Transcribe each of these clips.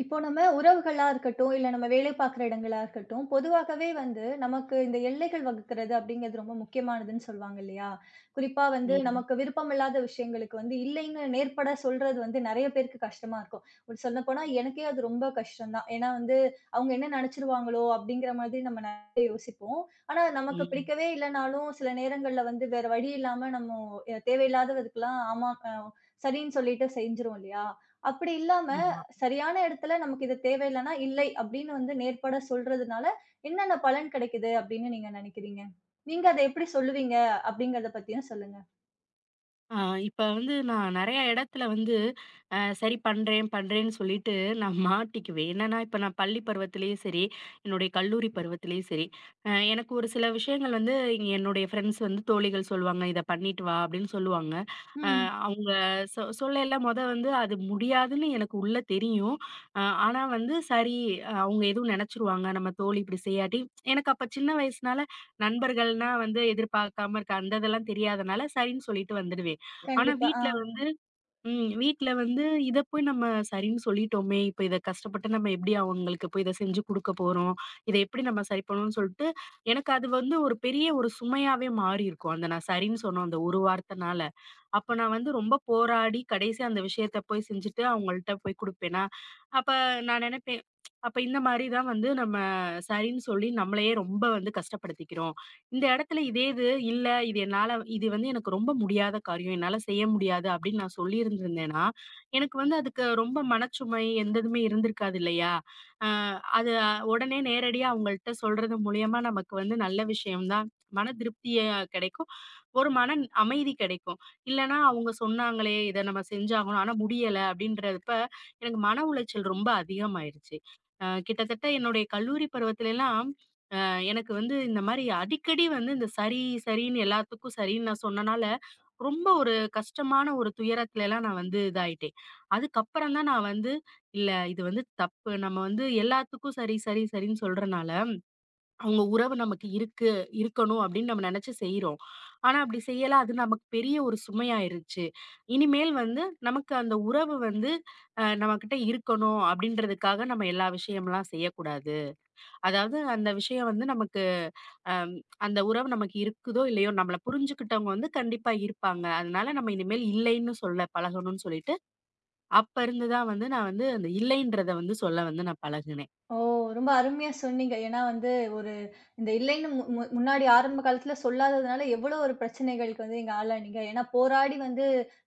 இப்போ நம்ம உறவுகளா இருக்கட்டும், இல்ல நம்ம வேலை பார்க்குற இடங்களா இருக்கட்டும், பொதுவாகவே வந்து நமக்கு இந்த எல்லைகள் வகுக்கிறது அப்படிங்கிறது ரொம்ப முக்கியமானதுன்னு சொல்லுவாங்க இல்லையா? குறிப்பா வந்து ம். நமக்கு விருப்பமில்லாத விஷயங்களுக்கு வந்து இல்லைன்னு நேர்பட சொல்றது வந்து நெறைய பேருக்கு கஷ்டமா இருக்கும். ஒரு சொல்லப்போனா எனக்கே அது ரொம்ப கஷ்டம் தான். ஏன்னா வந்து அவங்க என்ன நெனச்சுருவாங்களோ அப்படிங்கிற மாதிரி நம்ம நெறைய யோசிப்போம். ஆனா நமக்கு ம். பிடிக்கவே இல்லனாலும் சில நேரங்கள்ல வந்து வேற வழி இல்லாம நம்ம தேவையில்லாததுக்கெல்லாம் ஆமா சரின்னு சொல்லிட்டு செஞ்சுருவோம் இல்லையா? அப்படி இல்லாம ம். சரியான இடத்துல நமக்கு இது தேவையில்லன்னா, "இல்லை" அப்படின்னு வந்து நேர்பட சொல்றதுனால, என்னென்ன பலன் கிடைக்குது அப்படின்னு நீங்க நினைக்கிறீங்க? நீங்க அத எப்படி சொல்லுவீங்க அப்படிங்கிறத பத்தியும் சொல்லுங்க. ஆ இப்ப வந்து நான் நெறைய இடத்துல வந்து சரி பண்றேன், பண்றேன்னு சொல்லிட்டு நான் மாட்டிக்குவேன். என்னன்னா, இப்ப நான் பள்ளி பருவத்திலேயும் சரி, என்னுடைய கல்லூரி பருவத்திலேயும் சரி, எனக்கு ஒரு சில விஷயங்கள் வந்து இங்க என்னுடைய ஃப்ரெண்ட்ஸ் வந்து தோழிகள் சொல்லுவாங்க, "இத பண்ணிட்டு வா" அப்படின்னு சொல்லுவாங்க. அ ம். அவங்க சொல்லயில மொத வந்து அது முடியாதுன்னு எனக்கு உள்ள தெரியும். அ ஆனா வந்து சரி அவங்க எதுவும் நெனச்சுருவாங்க, நம்ம தோழி இப்படி செய்யாட்டி எனக்கு அப்ப சின்ன வயசுனால நண்பர்கள்னா வந்து எதிர்பார்க்காம இருக்க அந்த இதெல்லாம் தெரியாதனால சரின்னு சொல்லிட்டு வந்துடுவேன். ஆனா கண்டிப்பா. ஆ. வீட்ல வந் ம். வீட்ல வந்து இத போய் நம்ம சரின்னு சொல்லிட்டோமே! இப்ப இத கஷ்டப்பட்டு நம்ம எப்படி அவங்களுக்கு போய் இத செஞ்சு குடுக்க போறோம்? இத எப்படி நம்ம சரி பண்ணணும்னு சொல்ட்டு, எனக்கு அது வந்து ஒரு பெரிய ஒரு சுமையாவே மாறியிருக்கும். அந்த நான் சரின்னு சொன்ன அந்த ஒரு வார்த்தனால. அப்ப நான் வந்து ரொம்ப போராடி கடைசியா அந்த விஷயத்த போய் செஞ்சுட்டு அவங்கள்ட்ட போய் குடுப்பேனா, அப்ப நான் நெனைப்பேன். அப்ப இந்த மாரி தான் வந்து நம்ம சரின்னு சொல்லி நம்மளையே ரொம்ப வந்து கஷ்டப்படுத்திக்கிறோம். இந்த இடத்துல இதே இது இல்ல, இது என்னால இது வந்து எனக்கு ரொம்ப முடியாத காரியம். என்னால செய்ய முடியாது அப்படின்னு நான் சொல்லியிருந்திருந்தேன்னா, எனக்கு வந்து அதுக்கு ரொம்ப மனச்சுமை எந்த இதுவுமே இருந்திருக்காது இல்லையா? அ அது உடனே நேரடியா அவங்கள்ட்ட சொல்றது மூலியமா நமக்கு வந்து நல்ல விஷயம் தான். மன திருப்திய கிடைக்கும். ஒரு மன அமைதி கிடைக்கும். இல்லன்னா அவங்க சொன்னாங்களே, இத நம்ம செஞ்சாகணும். ஆனா முடியல அப்படின்றப்ப எனக்கு மன உளைச்சல் ரொம்ப அதிகமாயிருச்சு. கிட்டத்தட்ட என்னுடைய கல்லூரி பருவத்திலலாம் எனக்கு வந்து இந்த மாரி அடிக்கடி வந்து இந்த சரி, சரின்னு எல்லாத்துக்கும் சரின்னு நான் சொன்னனால, ரொம்ப ஒரு கஷ்டமான ஒரு துயரத்துலலாம் நான் வந்து இதாயிட்டேன். அதுக்கப்புறம் தான் நான் வந்து, இல்ல இது வந்து தப்பு. நம்ம வந்து எல்லாத்துக்கும் சரி, சரி, சரின்னு சொல்றனால, அவங்க உறவு நமக்கு இருக்கு இருக்கணும் அப்படின்னு நம்ம நெனச்சு செய்றோம். ஆனா அப்படி செய்யல. அது நமக்கு பெரிய ஒரு சுமையாயிருச்சு. இனிமேல் வந்து நமக்கு அந்த உறவு வந்து நம்மகிட்ட இருக்கணும் அப்படின்றதுக்காக நம்ம எல்லா விஷயம்லாம் செய்யக்கூடாது. அதாவது அந்த விஷயம் வந்து நமக்கு அம், அந்த உறவு நமக்கு இருக்குதோ இல்லையோ நம்மள புரிஞ்சுக்கிட்டவங்க வந்து கண்டிப்பா இருப்பாங்க. அதனால நம்ம இனிமேல் இல்லைன்னு சொல்ல பழகணும்னு சொல்லிட்டு, அப்ப இருந்து தான் வந்து நான் வந்து அந்த இல்லைன்றத வந்து சொல்ல வந்து நான் பழகுனேன். ஓ! ரொம்ப அருமையா சொன்னீங்க. ஏன்னா வந்து ஒரு இந்த இல்லைன்னு மு மு முன்னாடி ஆரம்ப காலத்துல சொல்லாததுனால எவ்வளோ ஒரு பிரச்சனைகளுக்கு வந்து நீங்க ஆளானீங்க. ஏன்னா போராடி வந்து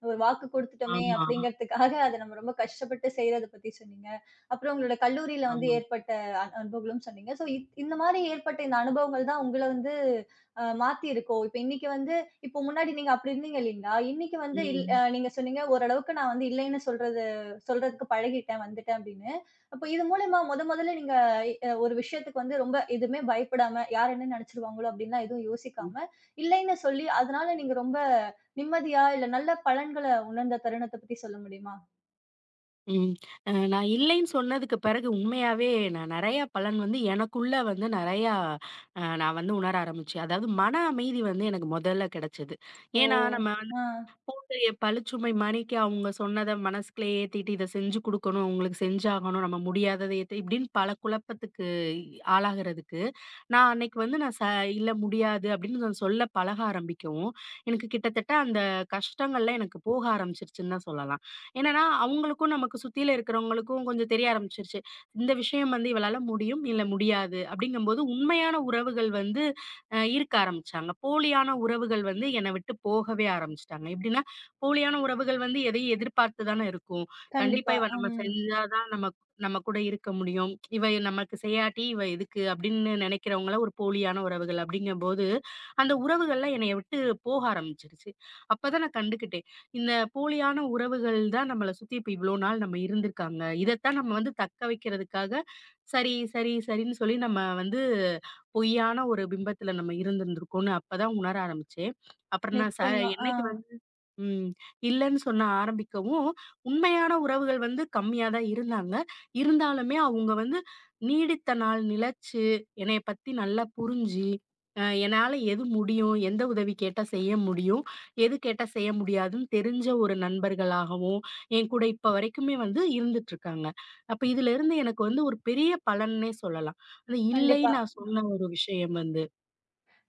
ஒரு வாக்கு குடுத்துட்டோமே ஆமா, அப்படிங்கிறதுக்காக அத நம்ம ரொம்ப கஷ்டப்பட்டு செய்றத பத்தி சொன்னீங்க. அப்புறம் உங்களோட கல்லூரியில வந்து ஆமா. ஏற்பட்ட அனுபவங்களும் சொன்னீங்க. ஸோ இந்த மாரி ஏற்பட்ட இந்த அனுபவங்கள் தான் உங்கள வந்து மாத்தியிருக்கோ? இப்ப இன்னைக்கு வந்து இப்போ முன்னாடி நீங்க அப்படி இருந்தீங்க இல்லைங்களா? இன்னைக்கு வந்து இல் அ ம். நீங்க சொன்னீங்க ஓரளவுக்கு நான் வந்து இல்லைன்னு சொல்றது சொல்றதுக்கு பழகிட்டேன், வந்துட்டேன் அப்படின்னு. அப்ப இது மூலியமா மொதல்ல நீங்க ஒரு விஷயத்துக்கு வந்து ரொம்ப எதுவுமே பயப்படாம, யார் என்ன நெனச்சுருவாங்களோ அப்டின்லாம் எதுவும் ம். யோசிக்காம, இல்லைன்னு சொல்லி அதனால நீங்க ரொம்ப நிம்மதியா, இல்ல நல்ல பலன்கள உணர்ந்த தருணத்த பத்தி சொல்ல முடியுமா? ம். அ நான் இல்லைன்னு சொன்னதுக்கு பிறகு உண்மையாவே நான் நெறைய பலன் வந்து எனக்குள்ள வந்து நெறையா நான் வந்து உணர ஆரம்பிச்சேன். அதாவது மன அமைதி வந்து எனக்கு மொதல்ல கிடைச்சது. ஓ! ஏன்னா நம்ம ஆ. அவங்களுடைய பழுச்சுமை மாணிக்க அவங்க சொன்னத மனசுக்குள்ளே ஏத்திட்டு, இத செஞ்சு குடுக்கணும், உங்களுக்கு செஞ்சாகணும், நம்ம முடியாதத ஏத்து இப்படின்னு பல குழப்பத்துக்கு ஆளாகுறதுக்கு, நான் அன்னைக்கு வந்து நான் ச "இல்ல முடியாது" அப்படின்னு நான் சொல்ல பழக ஆரம்பிக்கவும், எனக்கு கிட்டத்தட்ட அந்த கஷ்டங்கள்லாம் எனக்கு போக ஆரம்பிச்சிருச்சுன்னு தான் சொல்லலாம். என்னன்னா, அவங்களுக்கும் நமக்கு சுத்தியில இருக்கிறவங்களுக்கும் கொஞ்சம் தெரிய ஆரம்பிச்சிருச்சு. இந்த விஷயம் வந்து இவளால முடியும், இல்ல முடியாது அப்படிங்கும்போது உண்மையான உறவுகள் வந்து இருக்க ஆரம்பிச்சாங்க. போலியான உறவுகள் வந்து என்னை விட்டு போகவே ஆரம்பிச்சுட்டாங்க. எப்படின்னா போலியான உறவுகள் வந்து எதையும் எதிர்பார்த்து தானே இருக்கும். கண்டிப்பா கண்டிப்பா. இவ நம்ம ம். செஞ்சா தான் நம்ம நம்ம கூட இருக்க முடியும். இவ நமக்கு செய்யாட்டி இவ எதுக்கு அப்படின்னு நினைக்கிறவங்கள ஒரு போலியான உறவுகள் அப்படிங்கும்போது, அந்த உறவுகள்லாம் என்னைய விட்டு போக ஆரம்பிச்சுருச்சு. அப்பதான் நான் கண்டுக்கிட்டேன். இந்த போலியான உறவுகள் தான் நம்மள சுத்தி இப்ப இவ்ளோ நாள் நம்ம இருந்திருக்காங்க. இதத்தான் நம்ம வந்து தக்க வைக்கிறதுக்காக சரி, சரி, சரின்னு சொல்லி நம்ம வந்து பொய்யான ஒரு பிம்பத்துல நம்ம இருந்திருந்திருக்கோம்னு அப்பதான் உணர ஆரம்பிச்சேன். அப்புறம் நான் ச நிச்சயமா. ஆ. என்னைக்கு ம். இல்லன்னு சொன்ன ஆரம்பிக்கவும், உண்மையான உறவுகள் வந்து கம்மியா தான் இருந்தாங்க. இருந்தாலுமே அவுங்க வந்து நீடித்த நாள் நிலைச்சு, என்னைய பத்தி நல்லா புரிஞ்சு, என்னால எது முடியும், எந்த உதவி கேட்டா செய்ய முடியும், எது கேட்டா செய்ய முடியாதுன்னு தெரிஞ்ச ஒரு நண்பர்களாகவும், என் கூட இப்ப வரைக்குமே வந்து இருந்துட்டுருக்காங்க. அப்ப இதிலிருந்து எனக்கு வந்து ஒரு பெரிய பலன்னே சொல்லலாம். அது கண்டிப்பா. இல்லைன்னு நான் சொன்ன ஒரு விஷயம் வந்து.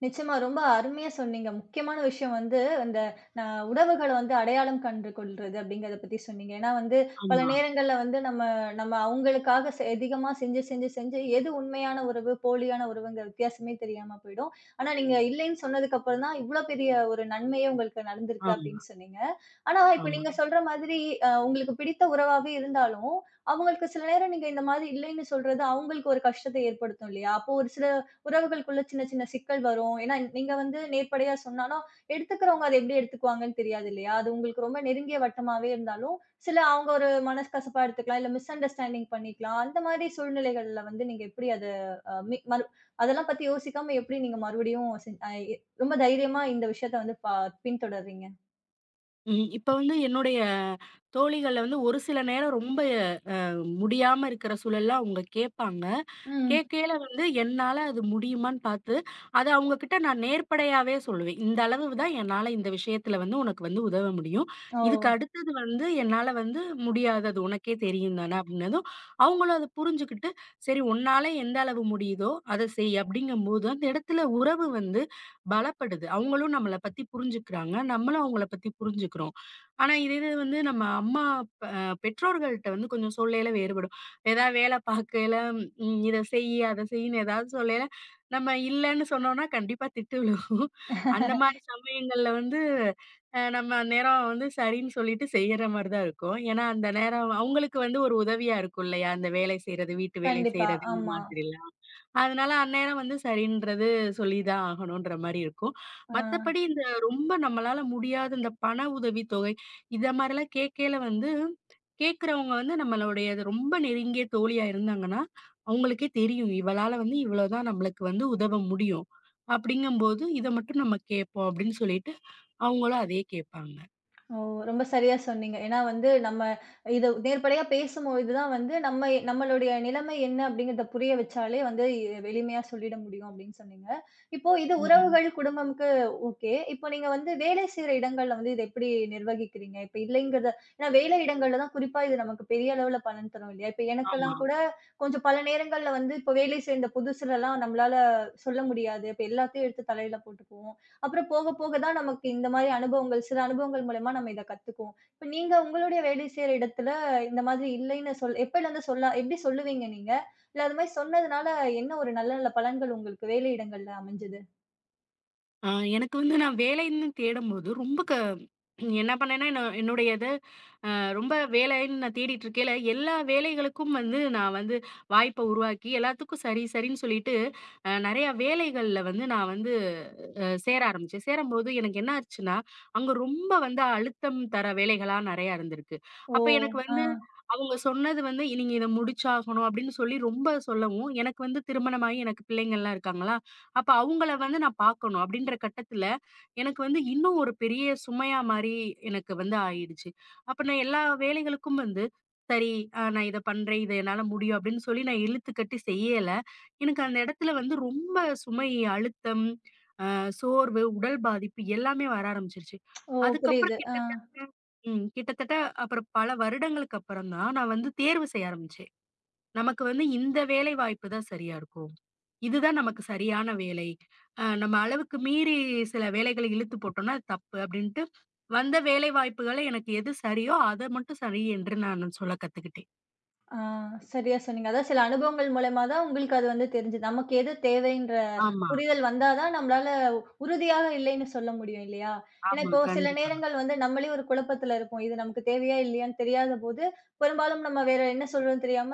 நிச்சயமா ரொம்ப அருமையா சொன்னீங்க. முக்கியமான விஷயம் வந்து, அந்த ந உணவுகள வந்து அடையாளம் கண்டு கொள்றது அப்படிங்கிறத பத்தி சொன்னீங்க. ஏன்னா வந்து, பல ஆமா, நேரங்கள்ல வந்து நம்ம நம்ம அவங்களுக்காக அதிகமா செஞ்சு, செஞ்சு, செஞ்சு எது உண்மையான உறவு, போலியான உறவுங்கிற வித்தியாசமே தெரியாம போயிடும். ஆனா, நீங்க இல்லைன்னு சொன்னதுக்கு அப்புறம் தான், இவ்ளோ பெரிய ஒரு நன்மையே உங்களுக்கு நடந்திருக்கு ஆமா, அப்படின்னு சொன்னீங்க. ஆனா, இப்ப ஆமா. நீங்க சொல்ற மாதிரி உங்களுக்கு பிடித்த உறவாவே இருந்தாலும், அவங்களுக்கு சில நேரம் நீங்க இந்த மாதிரி இல்லைன்னு சொல்றது அவங்களுக்கு ஒரு கஷ்டத்த ஏற்படுத்தும் இல்லையா? அப்போ ஒரு சில உறவுகளுக்குள்ள சின்ன சின்ன சிக்கல் வரும். ஏன்னா, நீங்க வந்து நேர்படையா சொன்னாலும், எடுத்துக்கிறவங்க அத எப்படி எடுத்துக்குவாங்கன்னு தெரியாது இல்லையா? அது உங்களுக்கு ரொம்ப நெருங்கிய வட்டமாவே இருந்தாலும், சில அவங்க ஒரு மனஸ்கசப்பா எடுத்துக்கலாம், இல்ல மிஸ் அண்டர்ஸ்டாண்டிங் பண்ணிக்கலாம். அந்த மாதிரி சூழ்நிலைகள்ல வந்து நீங்க எப்படி அத அ மீ மறு அதெல்லாம் பத்தி யோசிக்காம எப்படி நீங்க மறுபடியும் செஞ் அ எ ரொம்ப தைரியமா இந்த விஷயத்த வந்து பின்தொடர்றீங்க? இப்ப வந்து என்னுடைய தோழிகள்ல வந்து ஒரு சில நேரம் ரொம்ப முடியாம இருக்கிற சூழல்ல அவங்க கேட்பாங்க. ம். கேட்கையில வந்து என்னால அது முடியுமான்னு பார்த்து, அத அவங்ககிட்ட நான் நேர்படையாவே சொல்லுவேன். இந்த அளவு தான் என்னால இந்த விஷயத்துல வந்து உனக்கு வந்து உதவ முடியும். ஓ! இதுக்கு அடுத்தது வந்து என்னால வந்து முடியாது. அது உனக்கே தெரியும் தானே அப்படின்னதும், அவங்களும் அத புரிஞ்சுகிட்டு, சரி உன்னால எந்த அளவு முடியுதோ அத செய் அப்படிங்கும்போது, அந்த இடத்துல உறவு வந்து பலப்படுது. அவங்களும் நம்மள பத்தி புரிஞ்சுக்கிறாங்க. நம்மளும் அவங்கள பத்தி புரிஞ்சுக்கிறோம். ஆனா இது இது வந்து நம்ம அம்மா, அ பெற்றோர்கள்ட்ட வந்து கொஞ்சம் சொல்லையில வேறுபடும். ஏதாவது வேலை பார்க்கையில இத செய்யி, அத செய்யின்னு ஏதாவது சொல்லையில, நம்ம இல்லன்னு சொன்னோம்னா கண்டிப்பா திட்டு விழுகும். அந்த மாரி சமயங்கள்ல வந்து நம்ம அந்நேரம் வந்து சரின்னு சொல்லிட்டு செய்யற மாரி தான் இருக்கும். ஏன்னா, அந்த நேரம் அவங்களுக்கு வந்து ஒரு உதவியா இருக்கும் இல்லையா? அந்த வேலை செய்றது, வீட்டு வேலை கண்டிப்பா. செய்றது இந்த ஆமா. மாதிரிலாம். அதனால அந்நேரம் வந்து சரின்றது சொல்லி தான் ஆகணுன்ற மாரி இருக்கும். மத்தபடி ஆ. இந்த ரொம்ப நம்மளால முடியாத இந்த பண உதவித்தொகை, இத மாரிலாம் கேட்கையில வந்து கேட்கிறவங்க வந்து நம்மளுடைய ரொம்ப நெருங்கிய தோழியா இருந்தாங்கன்னா அவங்களுக்கே தெரியும். இவளால வந்து இவ்வளோதான் நம்மளுக்கு வந்து உதவ முடியும். அப்படிங்கும்போது, இத மட்டும் நம்ம கேட்போம் அப்படின்னு சொல்லிட்டு, அவங்களும் அதே கேட்பாங்க. ஓ! ரொம்ப சரியா சொன்னீங்க. ஏன்னா வந்து இத நேர்படையா பேசும்பொழுது தான் வந்து நம்ம நம்மளுடைய நிலைமை என்ன அப்படிங்கிறத புரிய வச்சாலே வந்து எளிமையா சொல்லிட முடியும் அப்படின்னு சொன்னீங்க. இப்போ இது ம். உறவுகள், குடும்பம்க்கு ஓகே. இப்போ நீங்க வந்து வேலை செய்ற இடங்கள்ல வந்து இத எப்படி நிர்வகிக்கிறீங்க? இப்ப இல்லைங்கிறத ஏன்னா வேலை இடங்கள்ல தான் குறிப்பா இது நமக்கு பெரிய அளவுல பலன் தரும் இல்லையா? இப்ப ஆமா. எனக்கெல்லாம் கூட கொஞ்சம் பல நேரங்கள்ல வந்து இப்ப வேலை சேர்ந்த புதுசுலலாம் நம்மளால சொல்ல முடியாது. இப்ப எல்லாத்தையும் எடுத்து தலையில போட்டுக்குவோம். அப்புறம் போக போக தான் நமக்கு இந்த மாதிரி அனுபவங்கள், சில அனுபவங்கள் மூலியமா நம்ம இத கத்துக்குவோம். இப்ப நீங்க உங்களுடைய வேலை செய்ற இடத்துல இந்த மாதிரி இல்லைன்னு சொல் எப்பலருந்து சொல்ல எப்படி சொல்லுவீங்க நீங்க? இல்ல அது மாதிரி சொன்னதுனால என்ன ஒரு நல்ல நல்ல பலன்கள் உங்களுக்கு வேலை இடங்கள்ல அமைஞ்சது? அ எனக்கு வந்து நான் வேலைன்னு தேடும்போது ரொம்ப க என்ன பண்ணேன்னா, என்ன என்னுடைய இத அ ரொம்ப வேலைன்னு நான் தேடிட்டு இருக்கையில, எல்லா வேலைகளுக்கும் வந்து நான் வந்து வாய்ப்ப உருவாக்கி, எல்லாத்துக்கும் சரி சரின்னு சொல்லிட்டு, நெறைய வேலைகள்ல வந்து நான் வந்து சேர ஆரம்பிச்சேன். சேரும்போது எனக்கு என்ன ஆச்சுன்னா, அங்க ரொம்ப வந்து அழுத்தம் தர வேலைகளா நெறையா இருந்திருக்கு. ஓ! அப்ப எனக்கு ஆ. வந்து அவங்க சொன்னது வந்து, "நீங்க இத முடிச்சாகணும்" அப்படின்னு சொல்லி ரொம்ப சொல்லவும், எனக்கு வந்து திருமணமாகி எனக்கு பிள்ளைங்கலாம் இருக்காங்களா, அப்ப அவங்கள வந்து நான் பார்க்கணும் அப்படின்ற கட்டத்துல, எனக்கு வந்து இன்னும் ஒரு பெரிய சுமையா மாரி எனக்கு வந்து ஆயிடுச்சு. அப்ப நான் எல்லா வேலைகளுக்கும் வந்து, "சரி நான் இத பண்றேன், இத என்னால முடியும்" அப்படின்னு சொல்லி நான் இழுத்துக்கட்டி செய்யல. எனக்கு அந்த இடத்துல வந்து ரொம்ப சுமை, அழுத்தம் சோர்வு, உடல் பாதிப்பு எல்லாமே வர ஆரம்பிச்சுருச்சு. ஓ! அதுக்கப்புறம் புரியுது. ஆ. கிட்டத்தட்ட ம். கிட்டத்தட்ட அப்புறம் பல வருடங்களுக்கு அப்புறம் தான் நான் வந்து தேர்வு செய்ய ஆரம்பிச்சேன். நமக்கு வந்து இந்த வேலை வாய்ப்பு தான் சரியா இருக்கும். இதுதான் நமக்கு சரியான வேலை. நம்ம அளவுக்கு மீறி சில வேலைகள இழுத்து போட்டோம்னா அது தப்பு அப்டின்ட்டு, வந்த வேலை வாய்ப்புகள எனக்கு எது சரியோ அத மட்டும் சரி என்று நான் சொல்ல கத்துக்கிட்டேன். ஆ, சரியா சொன்னீங்க. அதான் சில அனுபவங்கள் மூலியமா தான் உங்களுக்கு அது வந்து தெரிஞ்சது. நமக்கு எது தேவைன்ற ஆமா, புரிதல் வந்தா தான் நம்மளால உறுதியாக இல்லைன்னு சொல்ல முடியும் இல்லையா? ஏன்னா, ஆமா. இப்போ சில கண்டிப்பா, நேரங்கள் வந்து நம்மளே ஒரு குழப்பத்துல இருப்போம். இது நமக்கு தேவையா இல்லையான்னு தெரியாதபோது, பெரும்பாலும் நம்ம வேற என்ன சொல்றதுன்னு தெரியாம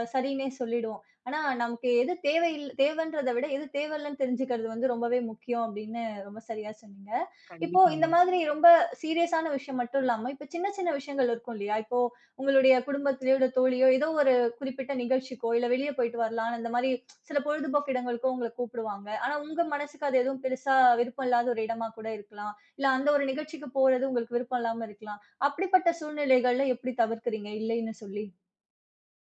சரின்னே சொல்லிடுவோம். ஆனா, நமக்கு எது தேவைன்றத விட எது தேவையில்லன்னு தெரிஞ்சுக்கிறது வந்து ரொம்பவே முக்கியம் அப்படின்னு ரொம்ப சரியா சொன்னீங்க. இப்போ இந்த கண்டிப்பாங்க. மாதிரி ரொம்ப சீரியஸான விஷயம் மட்டும் இல்லாம, இப்ப சின்ன சின்ன விஷயங்கள் இருக்கும் இல்லையா? இப்போ உங்களுடைய குடும்பத்திலயோட தோழியோ, ஏதோ ஒரு குறிப்பிட்ட நிகழ்ச்சிக்கோ, இல்ல வெளிய போயிட்டு வரலான்னு இந்த மாரி சில பொழுதுபோக்கு இடங்களுக்கோ உங்கள கூப்பிடுவாங்க. ஆனா உங்க மனசுக்கு அது எதுவும் பெருசா விருப்பம் இல்லாத ஒரு இடமா கூட இருக்கலாம். இல்ல அந்த ஒரு நிகழ்ச்சிக்கு போறது உங்களுக்கு விருப்பம் இல்லாம இருக்கலாம். அப்படிப்பட்ட சூழ்நிலைகள்ல எப்படி தவிர்க்கிறீங்க இல்லைன்னு சொல்லி?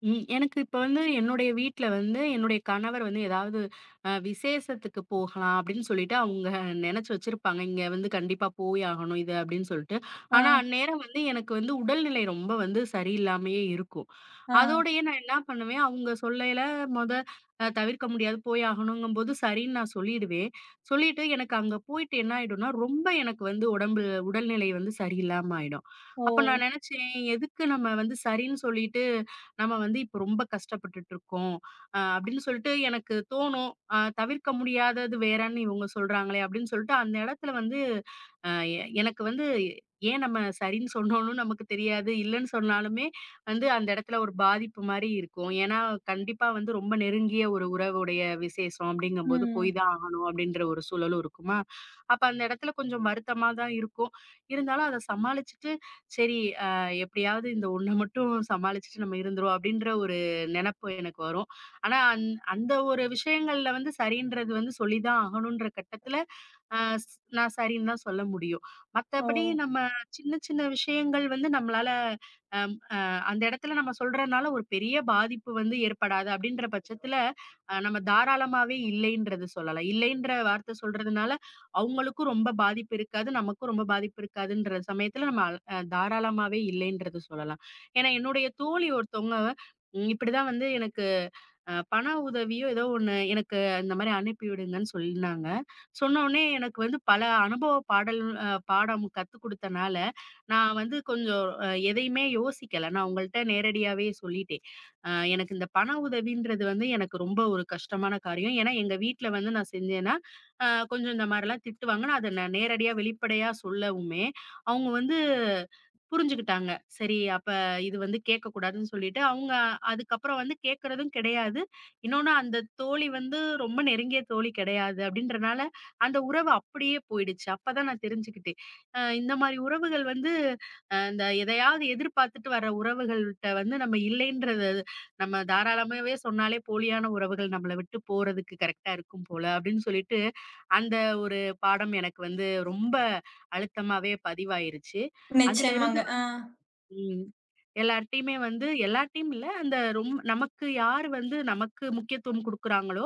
எனக்கு இப்ப வந்து என்னுடைய வீட்ல வந்து என்னுடைய கணவர் வந்து ஏதாவது விசேஷத்துக்கு போகலாம் அப்டின்னு சொல்லிட்டு அவங்க நெனச்சு வச்சிருப்பாங்க. இங்க வந்து கண்டிப்பா போய் ஆகணும் இது அப்டின்னு சொல்ட்டு. ஆனா ஆ, அந்நேரம் வந்து எனக்கு வந்து உடல்நிலை ரொம்ப வந்து சரியில்லாமயே இருக்கும். ஆ. அதோடயே நான் என்ன பண்ணுவேன், அவங்க சொல்லையில மொத அ தவிர்க்க முடியாது போய் ஆகணுங்கும்போது சரின்னு நான் சொல்லிடுவேன். சொல்லிட்டு எனக்கு அங்க போயிட்டு என்ன ஆயிடும்னா, ரொம்ப எனக்கு வந்து உடல்நிலை வந்து சரியில்லாம ஆயிடும். ஓ! அப்ப நான் நெனச்சேன், எதுக்கு நம்ம வந்து சரின்னு சொல்லிட்டு நம்ம வந்து இப்ப ரொம்ப கஷ்டப்பட்டுட்டு இருக்கோம் அப்படின்னு சொல்லிட்டு எனக்கு தோணும். தவிர்க்க முடியாதது வேறன்னு இவங்க சொல்றாங்களே அப்படின்னு சொல்லிட்டு அந்த இடத்துல வந்து அ எ எனக்கு வந்து ஏன் நம்ம சரின்னு சொன்னோம்னு நமக்கு தெரியாது. இல்லன்னு சொன்னாலுமே வந்து அந்த இடத்துல ஒரு பாதிப்பு மாரி இருக்கும். ஏன்னா கண்டிப்பா வந்து ரொம்ப நெருங்கிய ஒரு உறவுடைய விசேஷம் அப்படிங்கும்போது போய் ம். தான் ஆகணும் அப்படின்ற ஒரு சூழலும் இருக்குமா. அப்ப அந்த இடத்துல கொஞ்சம் வருத்தமா தான் இருக்கும். இருந்தாலும் அத சமாளிச்சுட்டு சரி எப்படியாவது இந்த ஒண்ண மட்டும் சமாளிச்சுட்டு நம்ம இருந்துருவோம் அப்படின்ற ஒரு நெனப்பு எனக்கு வரும். ஆனா, அந்த ஒரு விஷயங்கள்ல வந்து சரின்றது வந்து சொல்லி தான் ஆகணுன்ற கட்டத்துல, அ ஸ் நான் சரின்னு தான் சொல்ல முடியும். ஓ! மத்தபடி நம்ம சின்ன சின்ன விஷயங்கள் வந்து நம்மளால அ அந்த இடத்துல நம்ம சொல்றனால ஒரு பெரிய பாதிப்பு வந்து ஏற்படாது அப்படின்ற பட்சத்துல, நம்ம தாராளமாவே இல்லைன்றது சொல்லலாம். இல்லைன்ற வார்த்தை சொல்றதுனால, அவங்களுக்கும் ரொம்ப பாதிப்பு இருக்காது. நமக்கும் ரொம்ப பாதிப்பு இருக்காதுன்ற சமயத்துல நம்ம அல் அ தாராளமாவே இல்லைன்றது சொல்லலாம். ஏன்னா என்னுடைய தோழி ஒருத்தவங்க, இப்படிதான் வந்து எனக்கு பண உதவியோ ஏதோ ஒண்ணு எனக்கு இந்த மாரி அனுப்பி விடுங்கன்னு சொன்னாங்க. சொன்ன உடனே எனக்கு வந்து பல அனுபவ பாடல் அ பாடம் கத்துக் குடுத்தனால, நான் வந்து கொஞ்சம் எதையுமே யோசிக்கல. நான் அவங்கள்ட்ட நேரடியாவே சொல்லிட்டேன். அ எனக்கு இந்த பண உதவின்றது வந்து எனக்கு ரொம்ப ஒரு கஷ்டமான காரியம். ஏன்னா எங்க வீட்ல வந்து நான் செஞ்சேன்னா, கொஞ்சம் இந்த மாரிலாம் திட்டுவாங்க. நான் அத நேரடியா வெளிப்படையா சொல்லவுமே, அவங்க வந்து புரிஞ்சுக்கிட்டாங்க. சரி அப்ப இது வந்து கேட்கக்கூடாதுன்னு சொல்லிட்டு, அவங்க அதுக்கப்புறம் வந்து கேட்கறதும் கிடையாது. இன்னொன்னு அந்த தோழி வந்து ரொம்ப நெருங்கிய தோழி கிடையாது அப்படின்றனால, அந்த உறவு அப்படியே போயிடுச்சு. அப்பதான் நான் தெரிஞ்சுக்கிட்டேன். இந்த மாரி உறவுகள் வந்து இந்த எதையாவது எதிர்பார்த்துட்டு வர உறவுகள்ட்ட வந்து நம்ம இல்லைன்றது நம்ம தாராளமாவே சொன்னாலே போலியான உறவுகள் நம்மள விட்டு போறதுக்கு கரெக்ட்டா இருக்கும் போல அப்படின்னு சொல்லிட்டு, அந்த ஒரு பாடம் எனக்கு வந்து ரொம்ப அழுத்தமாவே பதிவாயிருச்சு. அதுலருந்து நிச்சயமாங்க. ஆ. ம். எல்லார்ட்டயுமே வந்து எல்லார்ட்டயும் இல்ல. அந்த ரொம் நமக்கு யார் வந்து நமக்கு முக்கியத்துவம் குடுக்குறாங்களோ,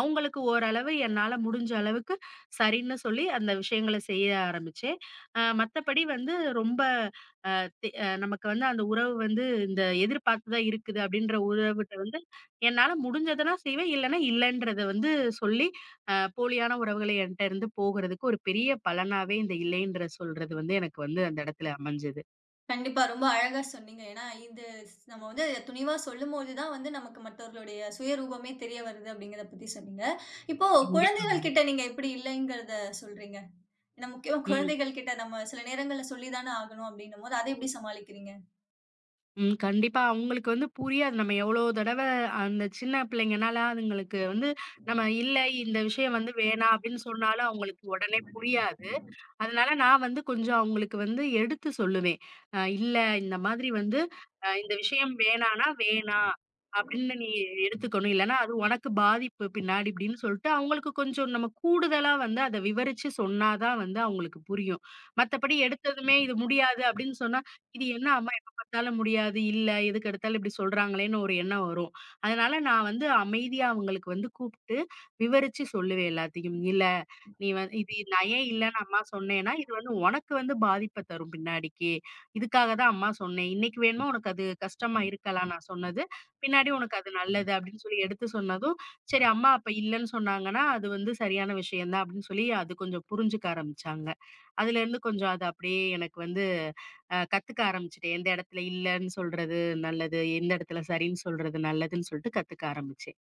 அவங்களுக்கு ஓரளவு என்னால முடிஞ்ச அளவுக்கு சரின்னு சொல்லி அந்த விஷயங்கள செய்ய ஆரம்பிச்சேன். மத்தபடி வந்து ரொம்ப தே அ நமக்கு வந்து அந்த உறவு வந்து இந்த எதிர்பார்த்து தான் இருக்குது அப்படின்ற உறவுட்ட வந்து என்னால முடிஞ்சதெல்லாம் செய்வேன். இல்லன்னா இல்லன்றத வந்து சொல்லி, போலியான உறவுகள் என்ட்ட இருந்து போகுறதுக்கு ஒரு பெரிய பலனாவே இந்த இல்லைன்ற சொல்றது வந்து எனக்கு வந்து அந்த இடத்துல அமைஞ்சது. கண்டிப்பா. ரொம்ப அழகா சொன்னீங்க. ஏன்னா, இது நம்ம வந்து அதை துணிவா சொல்லும்போது தான் வந்து நமக்கு மத்தவர்களுடைய சுயரூபமே தெரிய வருது அப்படிங்கிறத பத்தி சொன்னீங்க. இப்போ கண்டிப்பாங்க. குழந்தைகள் கிட்ட நீங்க எப்படி இல்லைங்கிறத சொல்றீங்க? ஏன்னா, முக்கியமா ம். குழந்தைகள் கிட்ட நம்ம சில நேரங்கள்ல சொல்லி தான ஆகணும் அப்படின்னும்போது, அத எப்படி சமாளிக்கிறீங்க? ம். கண்டிப்பா. அவங்களுக்கு வந்து புரியாது. நம்ம எவ்வளோ தடவ அந்த சின்ன பிள்ளைங்கனால அதுங்களுக்கு வந்து நம்ம இல்ல இந்த விஷயம் வந்து வேணாம் அப்படின்னு சொன்னாலும் அவங்களுக்கு உடனே புரியாது. அதனால நான் வந்து கொஞ்சம் அவங்களுக்கு வந்து எடுத்து சொல்லுவேன். அ இல்ல இந்த மாதிரி வந்து இந்த விஷயம் வேணான்னா, வேணாம் அப்படின்னு நீ எடுத்துக்கணும். இல்லன்னா அது உனக்கு பாதிப்பு பின்னாடி இப்படின்னு சொல்லிட்டு அவங்களுக்கு கொஞ்சம் நம்ம கூடுதலா வந்து அத விவரிச்சு சொன்னா தான் வந்து அவங்களுக்கு புரியும். மத்தபடி எடுத்ததுமே இது முடியாது அப்படின்னு சொன்னா, இது என்ன அம்மா எப்ப பார்த்தாலும் முடியாது, இல்ல எதுக்கெடுத்தாலும் இப்படி சொல்றாங்களேன்னு ஒரு எண்ணம் வரும். அதனால நான் வந்து அமைதியா அவங்களுக்கு வந்து கூப்பிட்டு விவரிச்சு சொல்லுவேன் எல்லாத்தையும். இல்ல நீ வந்து இது நயம் இல்லன்னு அம்மா சொன்னேன்னா, இது வந்து உனக்கு வந்து பாதிப்ப தரும் பின்னாடிக்கு. இதுக்காக தான் அம்மா சொன்னேன். இன்னைக்கு வேணுமா உனக்கு அது கஷ்டமா இருக்கலாம் நான் சொன்னது. பின்னாடி உனக்கு அது நல்லது அப்படின்னு சொல்லி எடுத்து சொன்னதும், சரி அம்மா அப்ப இல்லன்னு சொன்னாங்கன்னா, அது வந்து சரியான விஷயம் தான் அப்படின்னு சொல்லி அது கொஞ்சம் புரிஞ்சுக்க ஆரம்பிச்சாங்க. அதுலேருந்து கொஞ்சம் அது அப்படியே எனக்கு வந்து கத்துக்க ஆரம்பிச்சுட்டேன். எந்த இடத்துல இல்லன்னு சொல்றது நல்லது, எந்த இடத்துல சரின்னு சொல்றது நல்லதுன்னு சொல்லிட்டு கத்துக்க ஆரம்பிச்சேன்.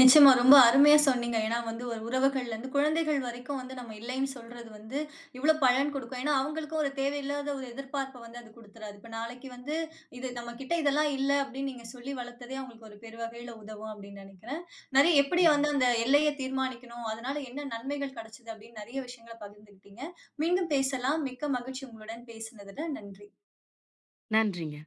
நிச்சயமா. ரொம்ப அருமையா சொன்னீங்க. ஏன்னா வந்து ஒரு உறவுகள்லருந்து குழந்தைகள் வரைக்கும் வந்து நம்ம இல்லைன்னு சொல்றது வந்து, இவ்ளோ பலன் குடுக்கும். ஏன்னா அவங்களுக்கும் ஒரு தேவையில்லாத ஒரு எதிர்பார்ப்ப வந்து அது குடுத்துறாது. இப்ப நாளைக்கு வந்து, இது நம்மகிட்ட இதெல்லாம் இல்ல அப்படின்னு நீங்க சொல்லி வளர்த்ததே அவங்களுக்கு ஒரு பெருவகையில உதவும் அப்படின்னு நெனைக்கிறேன். நெறைய எப்படி ம். வந்து அந்த எல்லைய தீர்மானிக்கணும், அதனால என்ன நன்மைகள் கெடைச்சது அப்படின்னு நெறைய விஷயங்கள பகிர்ந்துக்கிட்டீங்க. மீண்டும் பேசலாம். மிக்க மகிழ்ச்சி உங்களுடன் பேசினதுல. நன்றி. நன்றிங்க.